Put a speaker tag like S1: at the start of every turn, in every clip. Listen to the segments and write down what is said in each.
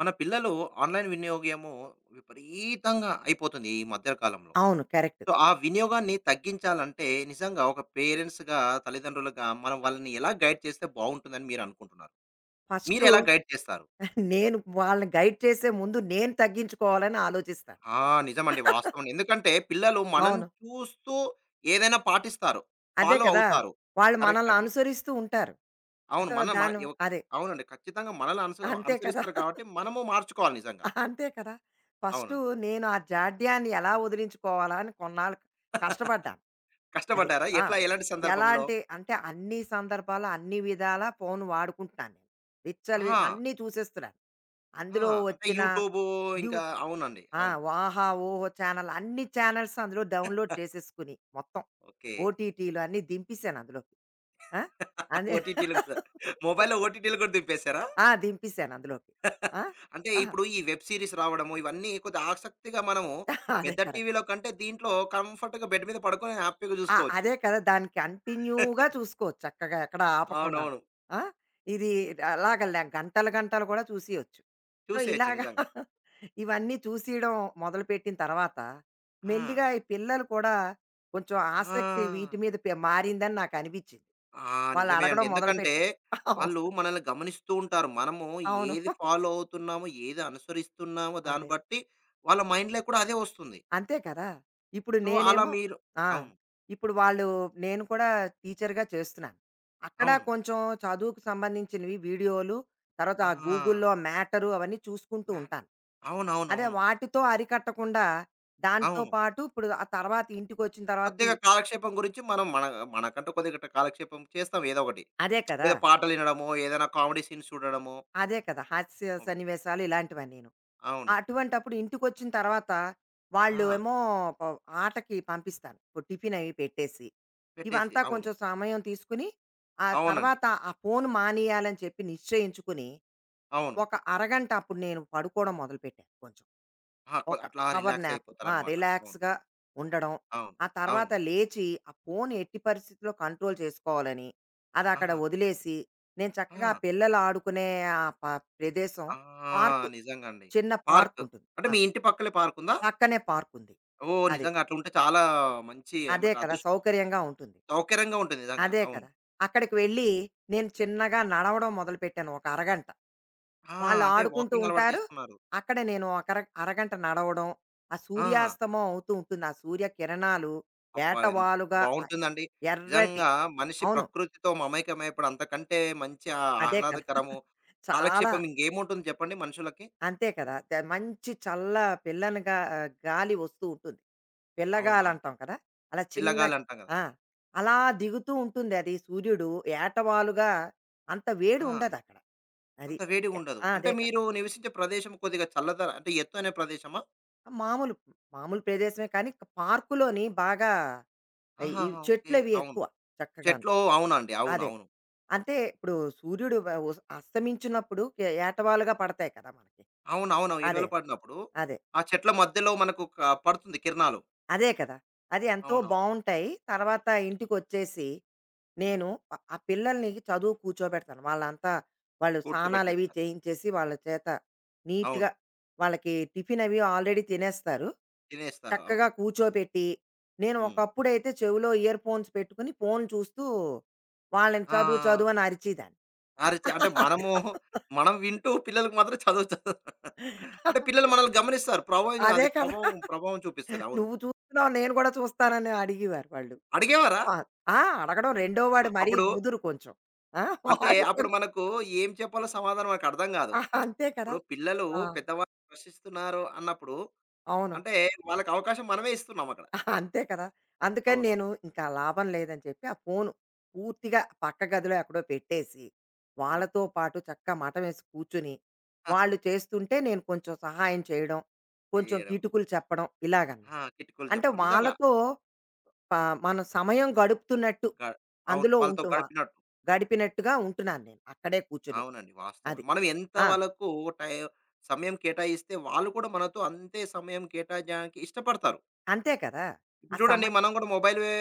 S1: మన పిల్లలు ఆన్‌లైన్ వినియోగము విపరీతంగా అయిపోతుంది ఈ మధ్య కాలంలో.
S2: అవును. కరెక్ట్.
S1: సో, ఆ వినియోగాన్ని తగ్గించాలంటే నిజంగా ఒక పేరెంట్స్‌గా, తల్లిదండ్రులుగా మనం వాళ్ళని ఎలా గైడ్ చేస్తే బావుంటుందని మీరనుకుంటున్నారు?
S2: ఫస్టు
S1: మీరెలా గైడ్ చేస్తారు?
S2: నేను వాళ్ళని గైడ్ చేసే ముందు నేను తగ్గించుకోవాలని ఆలోచిస్తాను.
S1: ఆ! నిజమండి. వాస్తవం. ఎందుకంటే పిల్లలు మనం
S2: అవును.
S1: చూస్తూ ఏదైనా పాటిస్తారు.
S2: అదే
S1: ఫాలో
S2: కదా!
S1: అవుతారు.
S2: వాళ్ళు
S1: కరెక్ట్
S2: మనల్ని
S1: అండి.
S2: అనుసరిస్తూ ఉంటారు.
S1: అవును. మన మన
S2: దాను
S1: ఎవ్
S2: అదే.
S1: అవునండి. ఖచ్చితంగా మనల్ని అనుస
S2: అంతే కదా!
S1: అనుసరిస్తారు కాబట్టి మనము మార్చుకోవాలి నిజంగా.
S2: అంతే కదా! ఫస్టు
S1: అవునండి.
S2: నేను ఆ జాడ్యాన్ని ఎలా వదిలించుకోవాలా అని కొన్నాళ్ళు కష్టపడ్డాను. అది.
S1: కష్టపడ్డారా?
S2: ఆ!
S1: ఎట్లా? ఎలాంటి సందర్భంలో?
S2: ఎలాంటి అంటే అంటే అన్ని సందర్భాల్లో, అన్ని విధాలా ఫోను వాడుకుంటున్నాను. విచ్చలవిడి
S1: ఆ!
S2: అన్నీ చూసేస్తున్నాను.
S1: ఆ!
S2: అందులో
S1: అంటే
S2: వచ్చిన
S1: యూట్యూబు ఇంకా
S2: యూట్యూ
S1: అవునండి.
S2: ఆ!
S1: అవును.
S2: వాహా! ఓహో! ఛానల్ అన్ని ఛానల్స్ అందులో డౌన్‌లోడ్ చేసేసుకుని మొత్తం.
S1: ఓకే.
S2: ఓటీటీలు అన్నీ దింపేసాను అందులోకి. ఆ! అదే
S1: ఓటీటీలు గూడా. మొబైల్‌లో ఓటీటీలు గూడా దింపేసారా?
S2: ఆ! దింపేసాను అందులోకి. ఆ!
S1: అంటే
S2: ఆహా!
S1: ఇప్పుడు ఈ వెబ్ సీరీస్ రావడము ఇవన్నీ కొద్దిగా ఆసక్తిగా మనము
S2: అదే
S1: పెద్ద
S2: కరెక్ట్.
S1: టీవీలో కంటే దీంట్లో కంఫర్ట్‌గా బెడ్ మీద పడుకొని హ్యాపీగా
S2: ఆ!
S1: జూసుకోవచ్చు.
S2: అదే కదా! దాన్ని కంటిన్యూగా చూసుకోవచ్చు చక్కగా ఎక్కడ ఆపకుండాను.
S1: అవునవును.
S2: ఆ! ఇది అలాగ ల గంటలు, గంటలు కూడా చూసేయొచ్చు.
S1: చూసేయొచ్చు
S2: ఇలాగా
S1: నిజంగా.
S2: ఇవన్నీ చూసేయడం మొదలుపెట్టిన తర్వాత
S1: ఆ!
S2: మెల్లిగా ఈ పిల్లలు కూడా కొంచెం ఆసక్తి
S1: ఆ!
S2: వీటి మీద పె మారిందని నాకనిపించింది.
S1: ఆ!
S2: వాళ్ళు
S1: నిజమే అండి.
S2: అడగడం
S1: ఎందుకంటే
S2: మొదలుపెట్టారు. అవును.
S1: వాళ్ళు మనల్ని గమనిస్తూ ఉంటారు. మనము
S2: అవును.
S1: ఏది ఫాలో అవుతున్నామో, ఏది అనుసరిస్తున్నామో దాన్ని
S2: అదే.
S1: బట్టి వాళ్ళ మైండ్‌లో కూడా అదే వస్తుంది.
S2: అంతే కదా! ఇప్పుడు
S1: సో, అలా
S2: నేనేమో
S1: మీరు
S2: ఆ!
S1: అవును.
S2: ఇప్పుడు వాళ్ళు నేను కూడా టీచర్‌గా చేస్తున్నాను. అక్కడ
S1: అవును.
S2: కొంచెం చదువుకు సంబంధించినవి వీడియోలు, తర్వాత ఆ
S1: ఆహా!
S2: గూగుల్‌లో మ్యాటరు అవన్నీ చూసుకుంటూ
S1: మ్యాన్
S2: ఉంటాను. అదే
S1: అవునవునవును. అవును.
S2: వాటితో అరికట్టకుండా
S1: అవును
S2: దాంతో
S1: అవును
S2: పాటు ఇప్పుడు ఆ తర్వాత ఇంటికొచ్చిన తర్వాత ఈ
S1: కొద్దిగా కాలక్షేపం గురించి మనం మన మనకంటూ కొద్దిగా కాలక్షేపం చేస్తాం ఏదో ఒకటి.
S2: అదే కదా!
S1: ఏదో పాటలు వినడమో, ఏదైనా కామెడీ సీన్స్ చూడడమో
S2: అదే కదా! హాస్య
S1: మొబైల్.
S2: సన్నివేశాలు ఇలాంటివన్నీను.
S1: అవును.
S2: అటువంటప్పుడు ఇంటికొచ్చిన తర్వాత వాళ్ళు
S1: ఆ!
S2: ఏమో ప ఆటకి పంపిస్తాను. ఇప్పుడు టిఫిన్ అవి పెట్టేసి,
S1: పెట్టేసి
S2: ఇవంతా
S1: అవును.
S2: కొంచెం సమయం తీసుకుని, ఆ
S1: అవునండి.
S2: తర్వాత ఆ ఫోను మానేయాలని చెప్పి నిశ్చయించుకుని,
S1: అవును.
S2: ఒక అరగంట అప్పుడు నేను పడుకోవడం మొదలుపెట్టాను కొంచెం.
S1: ఆ! కొ
S2: ఒక
S1: అట్లా
S2: పవర్
S1: రిలాక్స్
S2: న్యాప్. ఆ!
S1: అయిపోతారనమాట. అవును.
S2: రిలాక్స్‌గా ఉండడం.
S1: అవును.
S2: ఆ తర్వాత
S1: అవును.
S2: లేచి, ఆ ఫోను ఎట్టి పరిస్థితిలో కంట్రోల్ చేసుకోవాలని, అదక్కడ
S1: ఆ!
S2: వదిలేసి, నేను చక్కగా
S1: ఆ!
S2: పిల్లలు ఆడుకునే ఆ ప ప్రదేశం
S1: ఆ!
S2: పార్కు,
S1: నిజంగా అండి.
S2: చిన్న
S1: పార్క్.
S2: పార్కుంటుంది.
S1: అంటే
S2: ఆ!
S1: మీ ఇంటి పక్కలే పార్క్ ఉందా?
S2: పక్కనే పార్కుంది.
S1: ఓహ్!
S2: అది.
S1: నిజంగా అట్లుంటే చాలా మంచి
S2: అదే
S1: ఏమంటారు
S2: కదా!
S1: అదృష్టం.
S2: సౌకర్యంగా ఉంటుంది.
S1: సౌకర్యంగా ఉంటుంది నిజంగా.
S2: అదే
S1: అవును.
S2: కదా! అక్కడికి వెళ్ళి నేను చిన్నగా నడవడం మొదలుపెట్టాను ఒక అరగంట.
S1: ఆ!
S2: వాళ్ళు
S1: అంటే
S2: ఆడుకుంటూ
S1: వాకింగ్ అలవాటు
S2: ఉంటారు.
S1: చేసుకున్నారు.
S2: అక్కడ నేను ఒక అర అరగంట నడవడం, ఆ
S1: ఆ!
S2: సూర్యాస్తమం అవుతూ ఉంటుంది. ఆ సూర్యకిరణాలు
S1: అబ్బా! ఎంత
S2: ఏటవాలుగా
S1: బావుంటుందండి.
S2: ఎర్రటి
S1: నిజంగా మనిషి
S2: అవును.
S1: ప్రకృతితో మమేకమైనప్పుడు అంతకంటే మంచి
S2: అదే కదా!
S1: ఆహ్లాదకరము,
S2: చాలా
S1: కాలక్షేపం ఇంకేముంటుంది చెప్పండి మనుషులకి?
S2: అంతే కదా! ద మంచి చల్ల పిల్లనగా గాలి వస్తూ ఉంటుంది.
S1: అవును. అవును.
S2: పిల్లగాలంటాం కదా! అలా చిన్న
S1: పిల్లగాలంటాం కదా!
S2: ఆ! అలా దిగుతూ ఉంటుంది అది సూర్యుడు ఏటవాలుగా అంత వేడి
S1: ఆ!
S2: ఉండదక్కడ. అది.
S1: అంత
S2: య
S1: వేడిగుండదు.
S2: ఆ!
S1: అంటే
S2: అదే కదా!
S1: మీరు నివసించే ప్రదేశం కొద్దిగా చల్లదన అంటే ఎత్తైన ప్రదేశమా?
S2: మామూలు, మామూలు ప్రదేశమే కానీ పార్కులోని బాగా ఈ
S1: ఆహాహా! ఓకే.
S2: చెట్లవి
S1: అవును.
S2: ఎక్కువ చక్కగాను.
S1: చెట్లు అవునండి. అవును.
S2: అదే.
S1: అవును.
S2: అంటే ఇప్పుడు సూర్యుడు వ ఉస్ అస్తమించినప్పుడు ఎ ఏటవాలుగా పడతాయి కదా మనకి.
S1: అవును. అవును. ఇటీవల
S2: అదే.
S1: పడినప్పుడు
S2: అదే.
S1: ఆ చెట్ల మధ్యలో మనకు క పడుతుంది కిరణాలు.
S2: అదే కదా! అది ఎంతో
S1: అవునవును.
S2: బావుంటాయి. తర్వాత ఇంటికొచ్చేసి
S1: హ్మ్.
S2: నేను ఆ ఆ పిల్లల్ని చదువు కూర్చోబెడతాను. వాళ్ళంతా వాళ్ళు స్నానాలవి
S1: కూర్చోబెట్టేస్తారు.
S2: చేయించేసి వాళ్ళ చేత
S1: అవును.
S2: నీట్‌గా వాళ్ళకి టిఫినవి ఆల్రెడీ తినేస్తారు.
S1: తినేస్తారు. అవును.
S2: చక్కగా కూర్చోబెట్టి, నేను
S1: హ్మ్.
S2: ఒకప్పుడైతే చెవిలో ఇయర్ ఫోన్స్ పెట్టుకొని ఫోన్ చూస్తూ వాళ్ళని చదువు
S1: ఆ!
S2: చదువు అని అరిచేదాన్ని.
S1: అరిచి అంటే మనము, మనం వింటూ పిల్లలకి మాత్రం చదువు చదువు అంటే పిల్లలు మనల్ని గమనిస్తారు. ప్రభావం
S2: అదే
S1: అది
S2: కదా!
S1: ప్రభావం ప్రభావం చూపిస్తది. అవును.
S2: నువ్వు చూస్తున్నావు నేను కూడా చూస్తానని అడిగేవారు వాళ్ళు.
S1: అడిగేవారా?
S2: ఆ! ఆ! అడగడం రెండో వాడు మరీ
S1: అప్పుడు
S2: ముదురు కొంచెం. ఆ!
S1: అంటే
S2: వాడు
S1: అప్పుడు
S2: కొంచెం
S1: మనకు ఏం చెప్పాలో సమాధానం మనకు అర్థం కాదు.
S2: ఆ! అంతే కదా!
S1: ఇప్పుడు పిల్లలు
S2: ఆ!
S1: పెద్దవాళ్ళు ప్రశ్నిస్తున్నారు అన్నప్పుడు
S2: అవును.
S1: అంటే వాళ్ళకి అవకాశం మనమే ఇస్తున్నాం అక్కడ.
S2: అంతే కదా! అందుకని
S1: అవును.
S2: నేను ఇంకా లాభం లేదని చెప్పి ఆ ఫోను పూర్తిగా పక్క గదిలో ఎక్కడో పెట్టేసి,
S1: అవును.
S2: వాళ్ళతో పాటు చక్కగా మటమేసి కూర్చొని,
S1: ఆహా,
S2: వాళ్ళు చేస్తుంటే నేను కొంచెం సహాయం చేయడం, కొంచెం
S1: చేయడం.
S2: కిటుకులు చెప్పడం ఇలాగనమాట.
S1: కిటుకులు
S2: అంటే
S1: చెప్పడం. నిజంగా
S2: వాళ్ళతో ప మనం సమయం గడుపుతున్నట్టు
S1: గ అవును.
S2: అందులో
S1: వాళ్ళతో
S2: ఉంటువ
S1: గడిపినట్టు.
S2: గడిపినట్టుగా ఉంటున్నాను నేను. అక్కడే కూర్చొని.
S1: అవునండి. వాస్తవం.
S2: అది.
S1: మనం ఎంత
S2: ఆ!
S1: వాళ్ళకు టై సమయం కేటాయిస్తే వాళ్ళు కూడా మనతో అంతే సమయం కేటాయించడానికి ఇష్టపడతారు.
S2: అంతే కదా! ఆ
S1: ఇప్పుడు చూడండి
S2: సమయం
S1: మనం కూడా మొబైల్ వే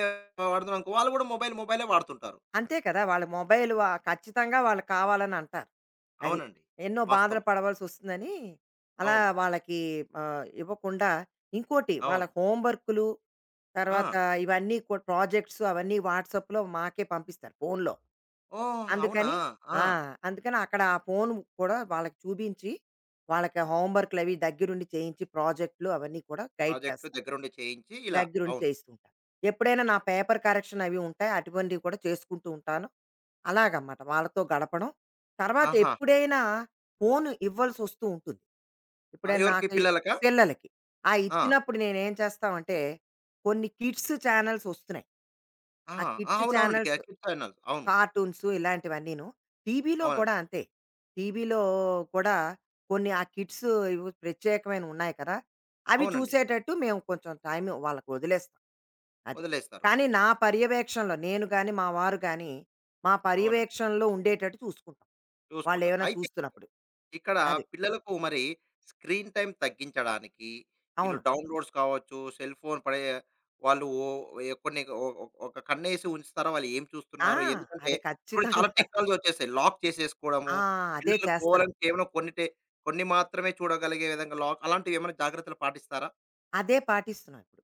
S1: వాడుతున్నామనుకో వాళ్ళు కూడా మొబైలే వాడుతుంటారు.
S2: అంతే కదా! వాళ్ళ మొబైల్ వ ఖచ్చితంగా వాళ్ళకి కావాలని అంటారు. అది.
S1: అవునండి.
S2: ఎన్నో
S1: వాస్తవం.
S2: బాధలు పడవలసొస్తుందని అలా
S1: అవును.
S2: వాళ్ళకి ఇవ్వకుండా ఇంకోటి వాళ్ళ
S1: అవును.
S2: హోమ్ వర్కులు,
S1: ఆ!
S2: తర్వాత ఇవన్నీ కూడా ప్రాజెక్ట్స్ అవన్నీ వాట్సాప్‌లో మాకే పంపిస్తారు ఫోన్‌లో.
S1: ఓహ్! అవునా!
S2: అందుకని
S1: ఆ!
S2: ఆ! అందుకని అక్కడ ఆ ఫోన్ కూడా వాళ్ళకి చూపించి, వాళ్ళకి హోమ్ వర్కులవి దగ్గరుండి చేయించి ప్రాజెక్ట్‌లు అవన్నీ కూడా గైడ్
S1: ప్రాజెక్ట్‌లు
S2: చేస్తా.
S1: దగ్గరుండి చేయించి ఇలా.
S2: దగ్గరుండి
S1: అవును.
S2: చేయిస్తూ ఉంటాం. ఎప్పుడైనా నా పేపర్ కరెక్షన్ అవి ఉంటాయి. అటువంటివి కూడా చేసుకుంటూ ఉంటాను. అలాగనమాట వాళ్ళతో గడపడం. తర్వాత
S1: ఆహా!
S2: ఎప్పుడైనా ఫోను ఇవ్వాల్సొస్తూ ఉంటుంది.
S1: ఆహ్,
S2: ఎప్పుడైనా
S1: ఎవరికి
S2: నాకు
S1: పిల్లలకా?
S2: పిల్లలకి. ఆ
S1: ఆ!
S2: ఇచ్చినప్పుడు నేనేం చేస్తామంటే కొన్ని కిడ్స్ ఛానెల్స్ ఒస్తున్నాయి. ఆ
S1: ఆహా! ఆ!
S2: కిడ్స్
S1: అవునవునండి. కే
S2: ఛానల్స్,
S1: కిడ్స్ ఛానల్స్. అవును.
S2: కార్టూన్స్ ఇలాంటివన్నీను. టీవీలో
S1: అవునండి.
S2: కూడా అంతే. టీవీలో కూడా కొన్ని ఆ కిడ్స్ ఇవి ప్రత్యేకమైనవున్నాయి కదా! అవి
S1: అవునండి.
S2: చూసేటట్టు మేము కొంచెం టైం వాళ్ళకి వదిలేస్తాం. అది.
S1: వదిలేస్తారు.
S2: కానీ నా పర్యవేక్షణలో నేను గాని, మా వారు గాని, మా
S1: అవునండి.
S2: పర్యవేక్షణలో ఉండేటట్టు చూసుకుంటాం.
S1: చూసుకుంటారు.
S2: వాళ్ళేమైనా
S1: అయితే
S2: చూస్తున్నప్పుడు.
S1: ఇక్కడ
S2: అది.
S1: పిల్లలకు మరి స్క్రీన్ టైమ్ తగ్గించడానికి వీళ్ళు
S2: అవును.
S1: డౌన్లోడ్స్ కావచ్చు, సెల్ ఫోన్ పడే వాళ్ళు ఎ కొన్ని ఒ ఒ ఒక కన్నేసి ఉంచుతారా? వాళ్ళు ఏం
S2: ఆ!
S1: చూస్తున్నారు? ఎందుకంటే
S2: అది
S1: ఇప్పుడు చాలా
S2: ఖచ్చితంగా.
S1: టెక్నాలజీ వచ్చేసాయి. లాక్ చేసేసుకోవడము,
S2: ఆ! అదే
S1: పిల్లలు
S2: చేస్తున్నా.
S1: కేవలం కొన్ని టె కొన్ని మాత్రమే చూడగలిగే విధంగా లాక్ అలాంటివి ఏమైనా జాగ్రత్తలు పాటిస్తారా?
S2: అదే పాటిస్తున్నాం ఇప్పుడు.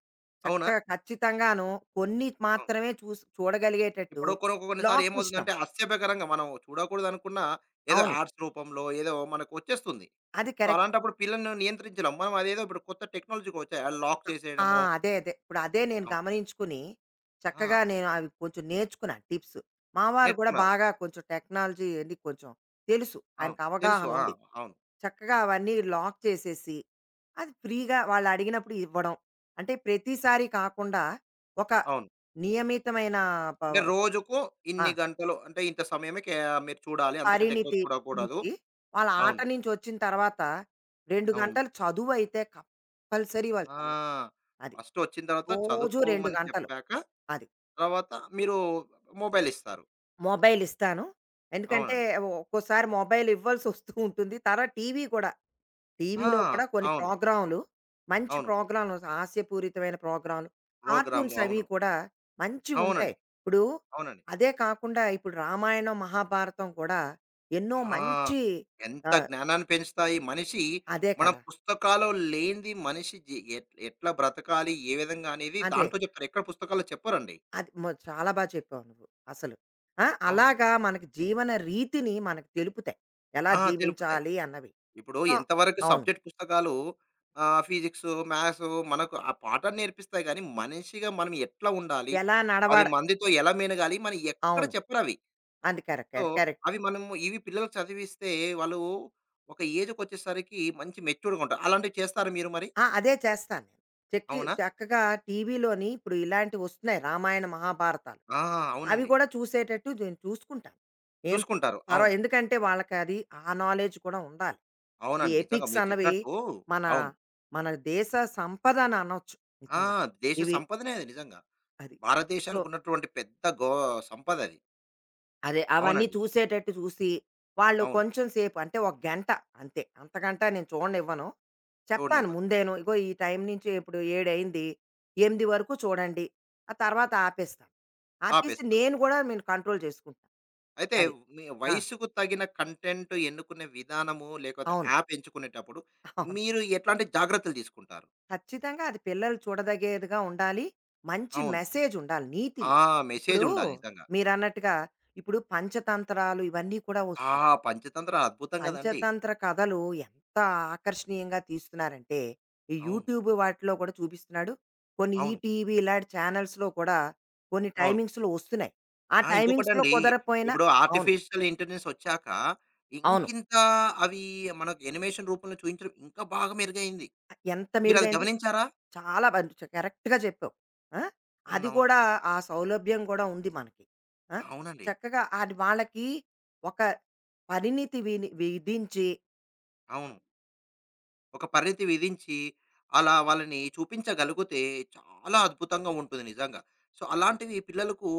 S1: అవునా?
S2: చక్కగా ఖచ్చితంగాను కొన్ని
S1: అవును.
S2: మాత్రమే చూసి చూడగలిగేటట్టు
S1: ఇప్పుడు కొన్ని కొన్నిసార్లు
S2: లాక్
S1: ఏమవుతుందంటే
S2: సిస్టమ్.
S1: అస్యభ్యకరంగా మనం చూడకూడదనుకున్నా ఏదో
S2: అవును.
S1: యాడ్స్ రూపంలో ఏదో మనకు వచ్చేస్తుంది.
S2: అది
S1: సో,
S2: కరెక్ట్.
S1: అలాంటప్పుడు పిల్లల్ని నియంత్రించలేం. మనం అదేదో ఇప్పుడు కొత్త టెక్నాలజీకొచ్చాయి. అది లాక్
S2: అ ఆ!
S1: చేసేయడమో
S2: అదే అదే. ఇప్పుడు అదే నేను
S1: అవును.
S2: గమనించుకుని
S1: ఆ!
S2: చక్కగా నేను అవి కొంచెం నేర్చుకున్నాను టిప్స్. మావారు కూడా
S1: నేర్చుకున్నారు.
S2: బాగా కొంచెం టెక్నాలజీ అది కొంచెం తెలుసు.
S1: అవును.
S2: ఆయనకు
S1: తెలుసు.
S2: అవగాహన ఉంది.
S1: అవును.
S2: చక్కగా అవన్నీ లాక్ చేసేసి, అది ఫ్రీగా వాళ్ళు అడిగినప్పుడు ఇవ్వడం. అంటే ప్రతిసారి కాకుండా ఒక
S1: అవును.
S2: నియమితమైన ప
S1: అంటే రోజుకు
S2: ఆ!
S1: ఇన్ని గంటలు అంటే ఇంత సమయమే కే మీరు చూడాలి. అంతకంటే ఎక్కువ
S2: పరిణితి
S1: చూడకూడదు.
S2: నుంచి వాళ్ళ అవును. ఆట
S1: అవును.
S2: నుంచొచ్చిన తర్వాత 2
S1: అవును.
S2: గంటలు చదువయితే కంపల్సరీ వాళ్ళు
S1: ఆ!
S2: చదవాలి. అది.
S1: ఫస్ట్ వచ్చిన తర్వాత
S2: రోజు 2
S1: చదువుకోమని
S2: గంటలు.
S1: చెప్పాక
S2: అది.
S1: తర్వాత మీరు మొబైల్ ఇస్తారు.
S2: మొబైల్ ఇస్తాను. ఎందుకంటే
S1: అవునండి.
S2: ఒక్కోసారి మొబైల్ ఇవ్వాల్సొస్తూ ఉంటుంది. తర్వాత టీవీ కూడా.
S1: ఆ!
S2: టీవీలో కూడా కొన్ని
S1: అవును.
S2: ప్రోగ్రాములు, మంచి
S1: అవును.
S2: ప్రోగ్రాములు హాస్యపూరితమైన ప్రోగ్రాములు,
S1: ప్రోగ్రామ్‌లు.
S2: కార్టూన్స్
S1: అవును.
S2: అవి కూడా మంచివుంటాయి.
S1: అవునండి.
S2: ఇప్పుడు
S1: అవునండి.
S2: అదే కాకుండా ఇప్పుడు రామాయణం, మహాభారతం కూడా ఎన్నో
S1: ఆ!
S2: మంచి
S1: ఎంత
S2: ఆహ్,
S1: జ్ఞానాన్ని పెంచుతాయి. మనిషి
S2: అదే
S1: మన
S2: కదా!
S1: పుస్తకాలో లేనిది మనిషి జీ ఎట్ ఎట్లా బ్రతకాలి, ఏ విధంగా అనేది
S2: అదే.
S1: దాంట్లో చెప్తారు. ఎక్కడ పుస్తకాల్లో చెప్పరండి.
S2: అది మొ చాలా బా చెప్పావు నువ్వు అసలు. ఆ!
S1: అవునండి.
S2: అలాగా మనకి జీవన రీతిని మనకు తెలుపుతాయి. ఎలా
S1: తెలుపుతాయి.
S2: జీవించాలి అన్నవి.
S1: ఇప్పుడు
S2: ఆ!
S1: ఎంతవరకు
S2: అవును.
S1: సబ్జెక్ట్ పుస్తకాలు ఫిజిక్సు, మ్యాథ్సు మనకు ఆ పాఠాన్ని నేర్పిస్తాయి గానీ, మనిషిగా మనం ఎట్లా ఉండాలి,
S2: ఎలా
S1: 10
S2: నడవడ
S1: మందితో ఎలా మెలగాలి, మనం ఎక్కడ
S2: అవును.
S1: చెప్పరవి.
S2: అది కరెక్ట్.
S1: So,
S2: correct. కరెక్ట్.
S1: అవి మనము ఇవి పిల్లలకు చదివిస్తే వాళ్ళు ఒక ఏజ్‌కొచ్చేసరికి మంచి మెచ్యూర్‌గా ఉంటారు. అలాంటివి చేస్తారా మీరు మరి?
S2: ఆ! అదే చేస్తాను నేను. చెక్కి
S1: అవునా?
S2: చక్కగా టీవీలోని ఇప్పుడు ఇలాంటివి వస్తున్నాయి రామాయణ, మహాభారతాలు.
S1: ఆ!
S2: అవి
S1: అవునండి.
S2: కూడా చూసేటట్టు నేను చూసుకుంటాను. ఏం
S1: చూసుకుంటారు.
S2: పర్వ
S1: అవును.
S2: ఎందుకంటే వాళ్ళకి అది ఆ నాలెడ్జ్ కూడా ఉండాలి. ఈ
S1: అవునండి. నిజంగా
S2: ఎపిక్స్
S1: మీరు
S2: అన్నవి
S1: చెప్పినట్టు
S2: మన,
S1: అవును.
S2: మన దేశ సంపద అని అనొచ్చు
S1: ఆ!
S2: నిజంగా.
S1: దేశ
S2: ఇవి
S1: సంపదనే అది నిజంగా.
S2: అది. సో
S1: భారతదేశానికి ఉన్నటువంటి పెద్ద గో సంపదది.
S2: అదే. అవన్నీ
S1: అవునండి.
S2: చూసేటట్టు చూసి, వాళ్ళు
S1: అవును.
S2: కొంచెం సేపు అంటే ఒక గంట అంతే. అంతకంటా నేను చూడనివ్వను. చెప్తాను
S1: చూడనివ్వరు.
S2: ముందేను. ఇగో ఈ టైం నుంచి ఇప్పుడు 7:00 8:00 వరకు చూడండి. ఆ తర్వాత ఆపేస్తాను. ఆపేసి
S1: ఆపేస్తారు.
S2: నేను గూడా నేను కంట్రోల్ చేసుకుంటాను.
S1: అయితే
S2: అది.
S1: మీ
S2: ఆ!
S1: వయసుకు తగిన కంటెంట్ ఎన్నుకునే విధానము, లేకపోతే
S2: అవును.
S1: యాప్ ఎంచుకునేటప్పుడు
S2: అవును.
S1: మీరు ఎట్లాంటి జాగ్రత్తలు తీసుకుంటారు?
S2: ఖచ్చితంగా అది పిల్లలు చూడదగేదిగా ఉండాలి. మంచి
S1: అవును.
S2: మెసేజ్ ఉండాలి. నీతిలు.
S1: ఆ! మెసేజ్
S2: ఇప్పుడు
S1: ఉండాలి నిజంగా.
S2: మీరన్నట్టుగా ఇప్పుడు పంచతంత్రాలు ఇవన్నీ కూడా
S1: ఆ!
S2: వస్తున్నాయి.
S1: పంచతంత్ర అద్భుతం కదండీ!
S2: పంచతంత్ర కథలు ఎంత ఆకర్షణీయంగా తీస్తున్నారంటే, ఈ
S1: అవును.
S2: యూట్యూబ్ వాటిలో కూడా చూపిస్తున్నాడు. కొన్ని
S1: అవును.
S2: ఈటీవీ ఇలాంటి ఛానల్స్‌లో కూడా కొన్ని
S1: అవును.
S2: టైమింగ్స్‌లో వస్తున్నాయి. ఆ టైమింగ్స్‌లో
S1: ఇంకొకటండి.
S2: కుదరపోయినా
S1: ఇప్పుడు
S2: అవును.
S1: ఆర్టిఫిషియల్ ఇంటెలిజెన్స్ ఒచ్చాక,
S2: అవును.
S1: ఇంకింత అవి మనకు యానిమేషన్ రూపంలో చూయించడం ఇంకా బాగా మెరుగయింది.
S2: ఎంత
S1: మీరది
S2: మెరుగైంది.
S1: గమనించారా?
S2: చాలా మంచి చ కరెక్ట్‌గా చెప్పావు. ఆ! అది
S1: అవునవును.
S2: కూడా ఆ సౌలభ్యం కూడా ఉంది మనకి. ఆ!
S1: అవునండి.
S2: చక్కగా అది వాళ్ళకి ఒక పరిణితి విని విధించి
S1: అవును. ఒక పరిధి విధించి, అలా వాళ్ళని చూపించగలిగితే చాలా అద్భుతంగా ఉంటుంది నిజంగా. సో, అలాంటివి పిల్లలకు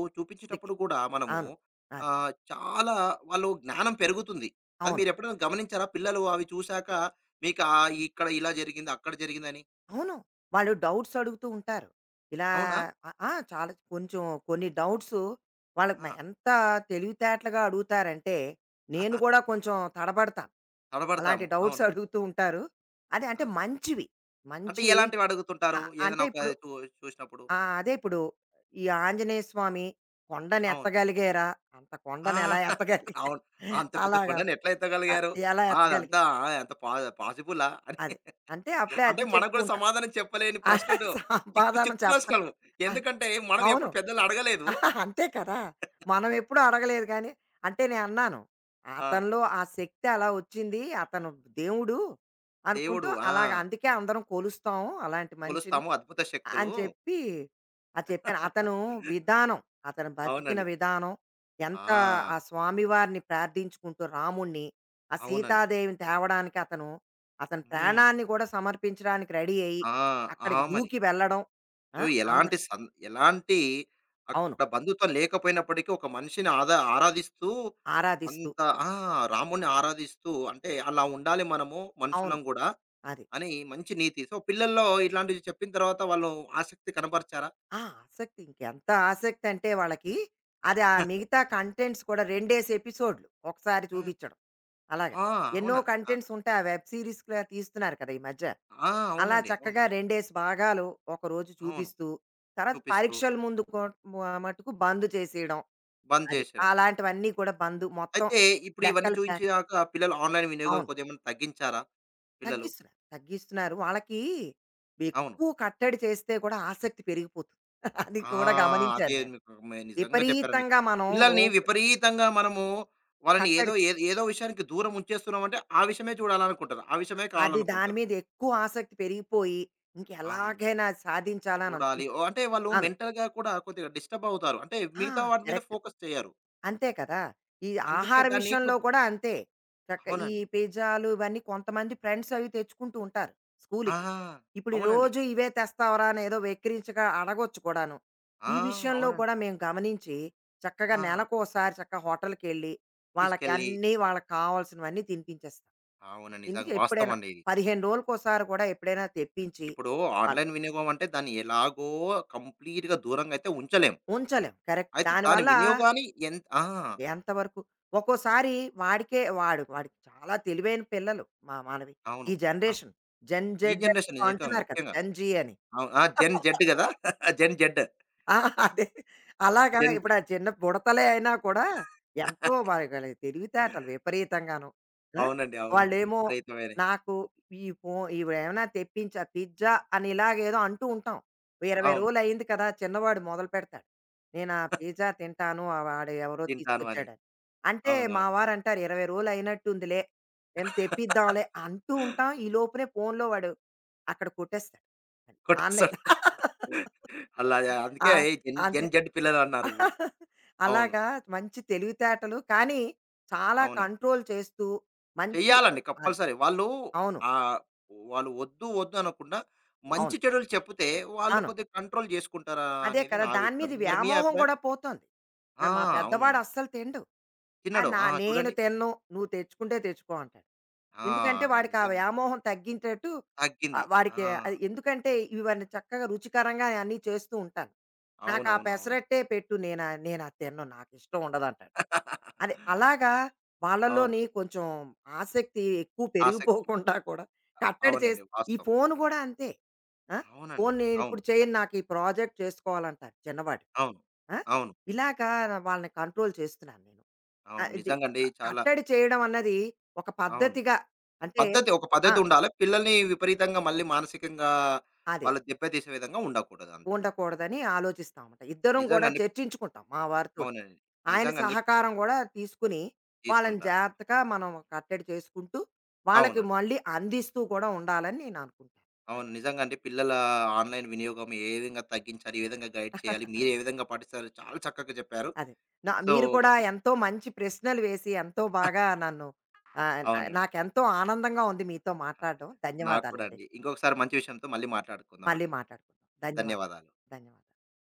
S2: అందుకే.
S1: చూపించేటప్పుడు కూడా మనము
S2: అవును. అది.
S1: చాలా వాళ్ళు జ్ఞానం పెరుగుతుంది. అది
S2: అవును.
S1: మీరెప్పుడైనా గమనించారా? పిల్లలు అవి చూసాక మీకు ఇక్కడ ఇలా జరిగింది, అక్కడ జరిగిందని.
S2: అవును. వాళ్ళు డౌట్స్ అడుగుతూ ఉంటారు. ఇలా
S1: అవునా?
S2: ఆ! ఆ! చాలా కొంచెం కొన్ని డౌట్సు వాళ్ళకి మ
S1: ఆ!
S2: ఎంత తెలివితేటలుగా అడుగుతారంటే, నేను కూడా కొంచెం తడబడతాను. అలాంటి
S1: తడబడతాము.
S2: డౌట్స్
S1: అవును.
S2: అడుగుతూ ఉంటారు. అదే అంటే
S1: ఆ!
S2: మంచివి.
S1: అంటే
S2: మంచి
S1: ఎలాంటివి అడుగుతుంటారు?
S2: అంటే
S1: ఏదైనా ఒక
S2: ఇప్పుడు
S1: చూ చూసినప్పుడు?
S2: ఆ! అదే ఇప్పుడు ఈ ఆంజనేయ స్వామి కొండను
S1: అవును.
S2: ఎత్తగలిగారా? అంత
S1: ఆ!
S2: కొండను ఎలా ఎత్తగలిగారు?
S1: అవును. అంత పెద్ద
S2: అలాగా.
S1: కొండని ఎట్లా
S2: అ
S1: ఎత్తగలిగారు?
S2: ఎలా ఎత్తగలిగా
S1: అదంతా అంత పా పాసిబులా? అని
S2: అది. అంటే అప్పుడే
S1: అంటే
S2: అది
S1: మనకు
S2: చెప్తూ
S1: కూడా
S2: ఉంటాను.
S1: సమాధానం చెప్పలేని
S2: ఆ,
S1: ప్రశ్నలు. చిక్కు
S2: సమాధానం
S1: చిక్కు
S2: చెప్పను.
S1: ప్రశ్నలు.
S2: అ
S1: ఎందుకంటే మనం
S2: అవును.
S1: ఎప్పుడు పెద్దల్ని అడగలేదు.
S2: అంతే కదా! మనం ఎప్పుడూ అడగలేదు గానీ, అంటే నేనన్నాను.
S1: ఆ!
S2: అతనిలో ఆ శక్తి అలా వచ్చింది. అతను దేవుడు అనుకుంటూ
S1: దేవుడు
S2: అలాగ అందుకే అందరం కొలుస్తాం అలాంటి మనిషిని
S1: కొలుస్తాము అద్భుత శక్తులు.
S2: అని చెప్పి అది చెప్పాను. అతను విధానం, అతను బతికిన
S1: అవునండి.
S2: విధానం ఎంత
S1: ఆ!
S2: ఆ స్వామివారిని ప్రార్థించుకుంటూ రాముడిని, ఆ
S1: అవునండి.
S2: సీతాదేవిని తేవడానికి అతను, అతని
S1: హ్మ్.
S2: ప్రాణాన్ని కూడా సమర్పించడానికి రెడీ అయ్యి,
S1: ఆ! ఆ!
S2: అక్కడికి
S1: మరి.
S2: దూకి వెళ్ళడం.
S1: సో,
S2: ఆ!
S1: ఎలాంటి
S2: అందరు
S1: సం ఎలాంటి
S2: అవును.
S1: అక్కడ బంధుత్వం లేకపోయినప్పటికీ ఒక మనిషిని ఆదా ఆరాధిస్తూ
S2: ఆరాధిస్తూ.
S1: అంత ఆ! రాముడిని ఆరాధిస్తూ అంటే అలా ఉండాలి మనము
S2: అవును.
S1: మనుషులం గూడా
S2: అది.
S1: అని మంచి నీతి. సో, పిల్లల్లో ఇట్లాంటివి చెప్పిన తర్వాత వాళ్ళు ఆసక్తి కనబరిచారా?
S2: ఆ! ఆసక్తి ఇంకెంత ఆసక్తంటే వాళ్ళకి, అది ఆ మిగతా కంటెంట్స్ కూడా రెండేసి ఎపిసోడ్‌లు ఒకసారి
S1: ఆ!
S2: చూపించడం. అలాగా.
S1: ఆ!
S2: ఎన్నో
S1: అవునా? ఆ!
S2: కంటెంట్స్ ఉంటాయి. ఆ వెబ్ సీరీస్‌లా తీస్తున్నారు కదా! ఈ మధ్య.
S1: ఆ!
S2: అలా
S1: అవునండి. అవును.
S2: చక్కగా రెండేసి భాగాలు ఒకరోజు
S1: అవును.
S2: చూపిస్తూ, తర్వాత
S1: చూపిస్తూ
S2: పరీక్షల ముందు కో మ మటుకు బంద్ చేసేయడం.
S1: బంద్
S2: అది.
S1: చేసేయడం.
S2: అలాంటివన్నీ కూడా బంద్ మొత్తం
S1: అయితే ఇప్పుడు ఇవన్నీ
S2: లెక్కలు ప్రా
S1: చూయించాక పిల్లలు ఆన్‌లైన్ వినియోగం
S2: అవును.
S1: కొద్దిగా ఏమన్నా తగ్గించారా పిల్లలు?
S2: తగ్గిస్తున్నారు. వాళ్ళకి
S1: అవును.
S2: ఎక్కువ కట్టడి చేస్తే కూడా ఆసక్తి పెరిగిపోతుంది. అది
S1: ఆ!
S2: కూడా గమనించాను
S1: అదే
S2: నేను.
S1: మీకు మే నిజంగా చెప్పారండి.
S2: విపరీతంగా మనం ఓ
S1: పిల్లల్ని విపరీతంగా మనము వాళ్ళని ఏదో
S2: కట్టడి చే
S1: ఏదో ఏదో విషయానికి దూరం ఉంచేస్తున్నామంటే, ఆ విషయమే చూడాలనుకుంటారు. ఆ విషయమే
S2: అది దాని
S1: కావాలనుకుంటారు.
S2: మీద ఎక్కువ ఆసక్తి పెరిగిపోయి,
S1: అవును.
S2: ఇంకెలాగైనా సాధించాలని
S1: చూడాలి. ఓ
S2: అనుకుంటాం.
S1: అంటే వాళ్ళు
S2: అవును.
S1: మెంటల్‌గా కూడా కొద్దిగా డిస్టర్బ్ అవుతారు. అంటే
S2: ఆ!
S1: మిగతా వాటి మీద
S2: కరెక్ట్.
S1: ఫోకస్ చేయరు.
S2: అంతే కదా! ఈ
S1: అందుకే
S2: ఆహార
S1: దాన్ని
S2: విషయంలో
S1: కొద్
S2: కూడా అంతే. చక్క ఈ
S1: అవునండి.
S2: పిజ్జాలు ఇవన్నీ కొంతమంది ఫ్రెండ్స్ అవి తెచ్చుకుంటూ ఉంటారు
S1: ఆ!
S2: స్కూలుకి. ఇప్పుడు ఈ
S1: అవునండి.
S2: రోజు ఇవే తెస్తావరా అని ఏదో వెక్కిరించగా అడగొచ్చు కూడాను.
S1: ఆ!
S2: ఈ విషయంలో
S1: అవునండి.
S2: కూడా మేము గమనించి చక్కగా
S1: ఆ!
S2: నెలకోసారి చక్కగా హోటల్‌కెళ్ళి వాళ్ళకి
S1: తీసుకెళ్ళి
S2: అన్నీ వాళ్ళకి కావాల్సినవన్నీ తినిపించేస్తాం.
S1: అవునండి.
S2: తినిపించి
S1: నిజంగా వాస్తవం
S2: ఎప్పుడైనా
S1: అండి ఇది.
S2: 15 రోజులకోసారి కూడా ఎప్పుడైనా తెప్పించి
S1: ఇప్పుడు
S2: ఆహ్,
S1: ఆన్‌లైన్ వినియోగం అంటే దాన్ని ఎలాగో కంప్లీట్‌గా దూరంగా అయితే ఉంచలేం.
S2: ఉంచలేం. కరెక్ట్.
S1: అయితే దాని
S2: దానివల్ల
S1: వినియోగాన్ని ఎంత
S2: ఎంతవరకు ఒక్కోసారి వాడికే వాడు వాడికి చాలా తెలివైన పిల్లలు మా మానవి.
S1: అవును.
S2: ఈ
S1: అవును.
S2: జనరేషన్ జన్
S1: ఈ
S2: జెడ్
S1: జనరేషన్ నిజంగా
S2: అంటున్నారు కదా!
S1: ముఖ్యంగా.
S2: జన్ జీ అని.
S1: అవును. జెన్ జెడ్ గదా! Gen Z.
S2: ఆ! అదే. అలాగా
S1: జెన్
S2: ఇప్పుడు
S1: జెడ్.
S2: ఆ చిన్న బుడతలే అయినా కూడా ఎంతో వాళ్ళ తెలివితేటలు విపరీతంగాను. ఆ!
S1: అవునండి. అవును.
S2: వాళ్ళేమో
S1: విపరీతమైనయి.
S2: నాకు ఈ ఫో ఇవేమైనా తెప్పించా పిజ్జా అని ఇలాగేదో అంటూ ఉంటాం. ఓ 20
S1: అవును.
S2: రోజులయింది కదా! చిన్నవాడు మొదలుపెడతాడు. నేను ఆ పిజ్జా తింటాను. ఆ వాడు ఎవరో
S1: తింటాను అని.
S2: తీసుకొచ్చాడని. అంటే మా
S1: అవునవును.
S2: వారంటారు, "20 రోజులు అయినట్టుందిలే. ఏం తెప్పిద్దాంలే" అంటూ ఉంటాం. ఈ లోపునే ఫోన్‌లో వాడు అక్కడ కొట్టేస్తాడు. ఆన్‌లైన్.
S1: కొట్టేస్తాడు. అలా
S2: ఆ!
S1: అందుకే ఈ జెన్
S2: అంతే.
S1: జెన్ జెడ్ పిల్లలన్నారు ఇప్పుడు. అవును.
S2: అలాగా మంచి తెలివితేటలు, కానీ చాలా
S1: అవునండి.
S2: కంట్రోల్ చేస్తూ మంచి
S1: చెయ్యాలండి
S2: అది.
S1: కంపల్సరీ. వాళ్ళు
S2: అవును.
S1: ఆహ్, వాళ్ళు వద్దు అనకుండా మంచి
S2: అవును.
S1: చెడులు చెప్తే వాళ్ళు
S2: అవును.
S1: కొద్దిగా కంట్రోల్ జేసుకుంటారా
S2: అదే
S1: అనేది
S2: కదా!
S1: నా
S2: దాని మీద
S1: అభిప్రాయం. మరి మీ
S2: వ్యామోహం
S1: అభిప్రాయం?
S2: కూడా పోతోంది.
S1: ఆ!
S2: ఇప్పుడు మా పెద్దవాడు
S1: అవునండి.
S2: అస్సలు తినడు. ఆ!
S1: తిన్నాడు.
S2: నా నేను
S1: చూడండి.
S2: తినను. నువ్వు తెచ్చుకుంటే తెచ్చుకో అంటాడు.
S1: ఆ!
S2: ఎందుకంటే వాడికి ఆ
S1: నిజంగా
S2: వ్యామోహం తగ్గించేట్టు
S1: తగ్గింది. ఆ!
S2: వాడికి అది ఎందుకంటే ఇవన్నీ చక్కగా రుచికరంగా అన్నీ చేస్తూ ఉంటాను. నాకు ఆ
S1: అవునవునవును. అవును.
S2: పెసరట్టే పెట్టు నేనా నేను అది తినను. నాకు ఇష్టం ఉండదంటాడు. అదే. అలాగా
S1: అవును అవును
S2: వాళ్ళలోని కొంచెం ఆసక్తి ఎక్కువ
S1: ఆసక్తి.
S2: పెరిగిపోకుండా కూడా కట్టడి
S1: అవునండి.
S2: చేసి ఈ
S1: వాస్తవం.
S2: ఫోను గూడా అంతే. ఆ!
S1: అవునండి.
S2: ఫోను
S1: అవును.
S2: నేనిప్పుడు చేయను, నాకు ఈ ప్రాజెక్ట్ చేసుకోవాలంటాడు చిన్నవాడు.
S1: అవును.
S2: ఆ!
S1: అవును.
S2: ఇలాగా వాళ్ళని కంట్రోల్ చేస్తున్నాను నేను.
S1: అవును.
S2: ఇది
S1: నిజంగండి. చాలా
S2: కట్టడి చేయడం అన్నది ఒక
S1: అవును.
S2: పద్ధతిగా అంటే
S1: పద్ధతి ఒక
S2: ఆ!
S1: పద్ధతి ఉండాలి. పిల్లల్ని విపరీతంగా మళ్ళీ మానసికంగా
S2: అదే.
S1: వాళ్ళు దెబ్బతీసే విధంగా ఉండకూడదు అంతే.
S2: ఉండకూడదని ఆలోచిస్తాం అన్నమాట. ఇద్దరం కూడా
S1: నిజంగండి.
S2: చర్చించుకుంటాం మా వారితోటి.
S1: అవునండి.
S2: ఆయన
S1: నిజంగండి
S2: సహకారం గూడా తీసుకుని, వాళ్ళని
S1: తీసుకుంటారు.
S2: జాగ్రత్తగా మనం కట్టడి చేసుకుంటూ, వాళ్ళకి
S1: అవునండి.
S2: మళ్ళీ అందిస్తూ కూడా ఉండాలని నేను అనుకుంటాను.
S1: అవును.
S2: అది.
S1: నిజంగండి. పిల్లల ఆన్‌లైన్ వినియోగం ఏ విధంగా తగ్గించాలి? ఏ విధంగా గైడ్ చేయాలి? మీరు ఏ విధంగా పాటిస్తారు? చాలా చక్కగా చెప్పారు.
S2: అది. నా
S1: సో
S2: మీరు కూడా ఎంతో మంచి ప్రశ్నలు వేసి, ఎంతో బాగా నన్ను ఆహ్,
S1: అవునండి.
S2: నాకెంతో ఆనందంగా ఉంది మీతో మాట్లాడడం.
S1: నాకు కూడా
S2: ధన్యవాదాలండి.
S1: అండి. ఇంకొకసారి మంచి విషయంతో మళ్ళీ
S2: మళ్ళీ
S1: మాట్లాడుకుందామండి.
S2: మాట్లాడుకుందాం. ధన్యవాదాలు.
S1: ధన్యవాదాలు.
S2: ధన్యవాదాలు.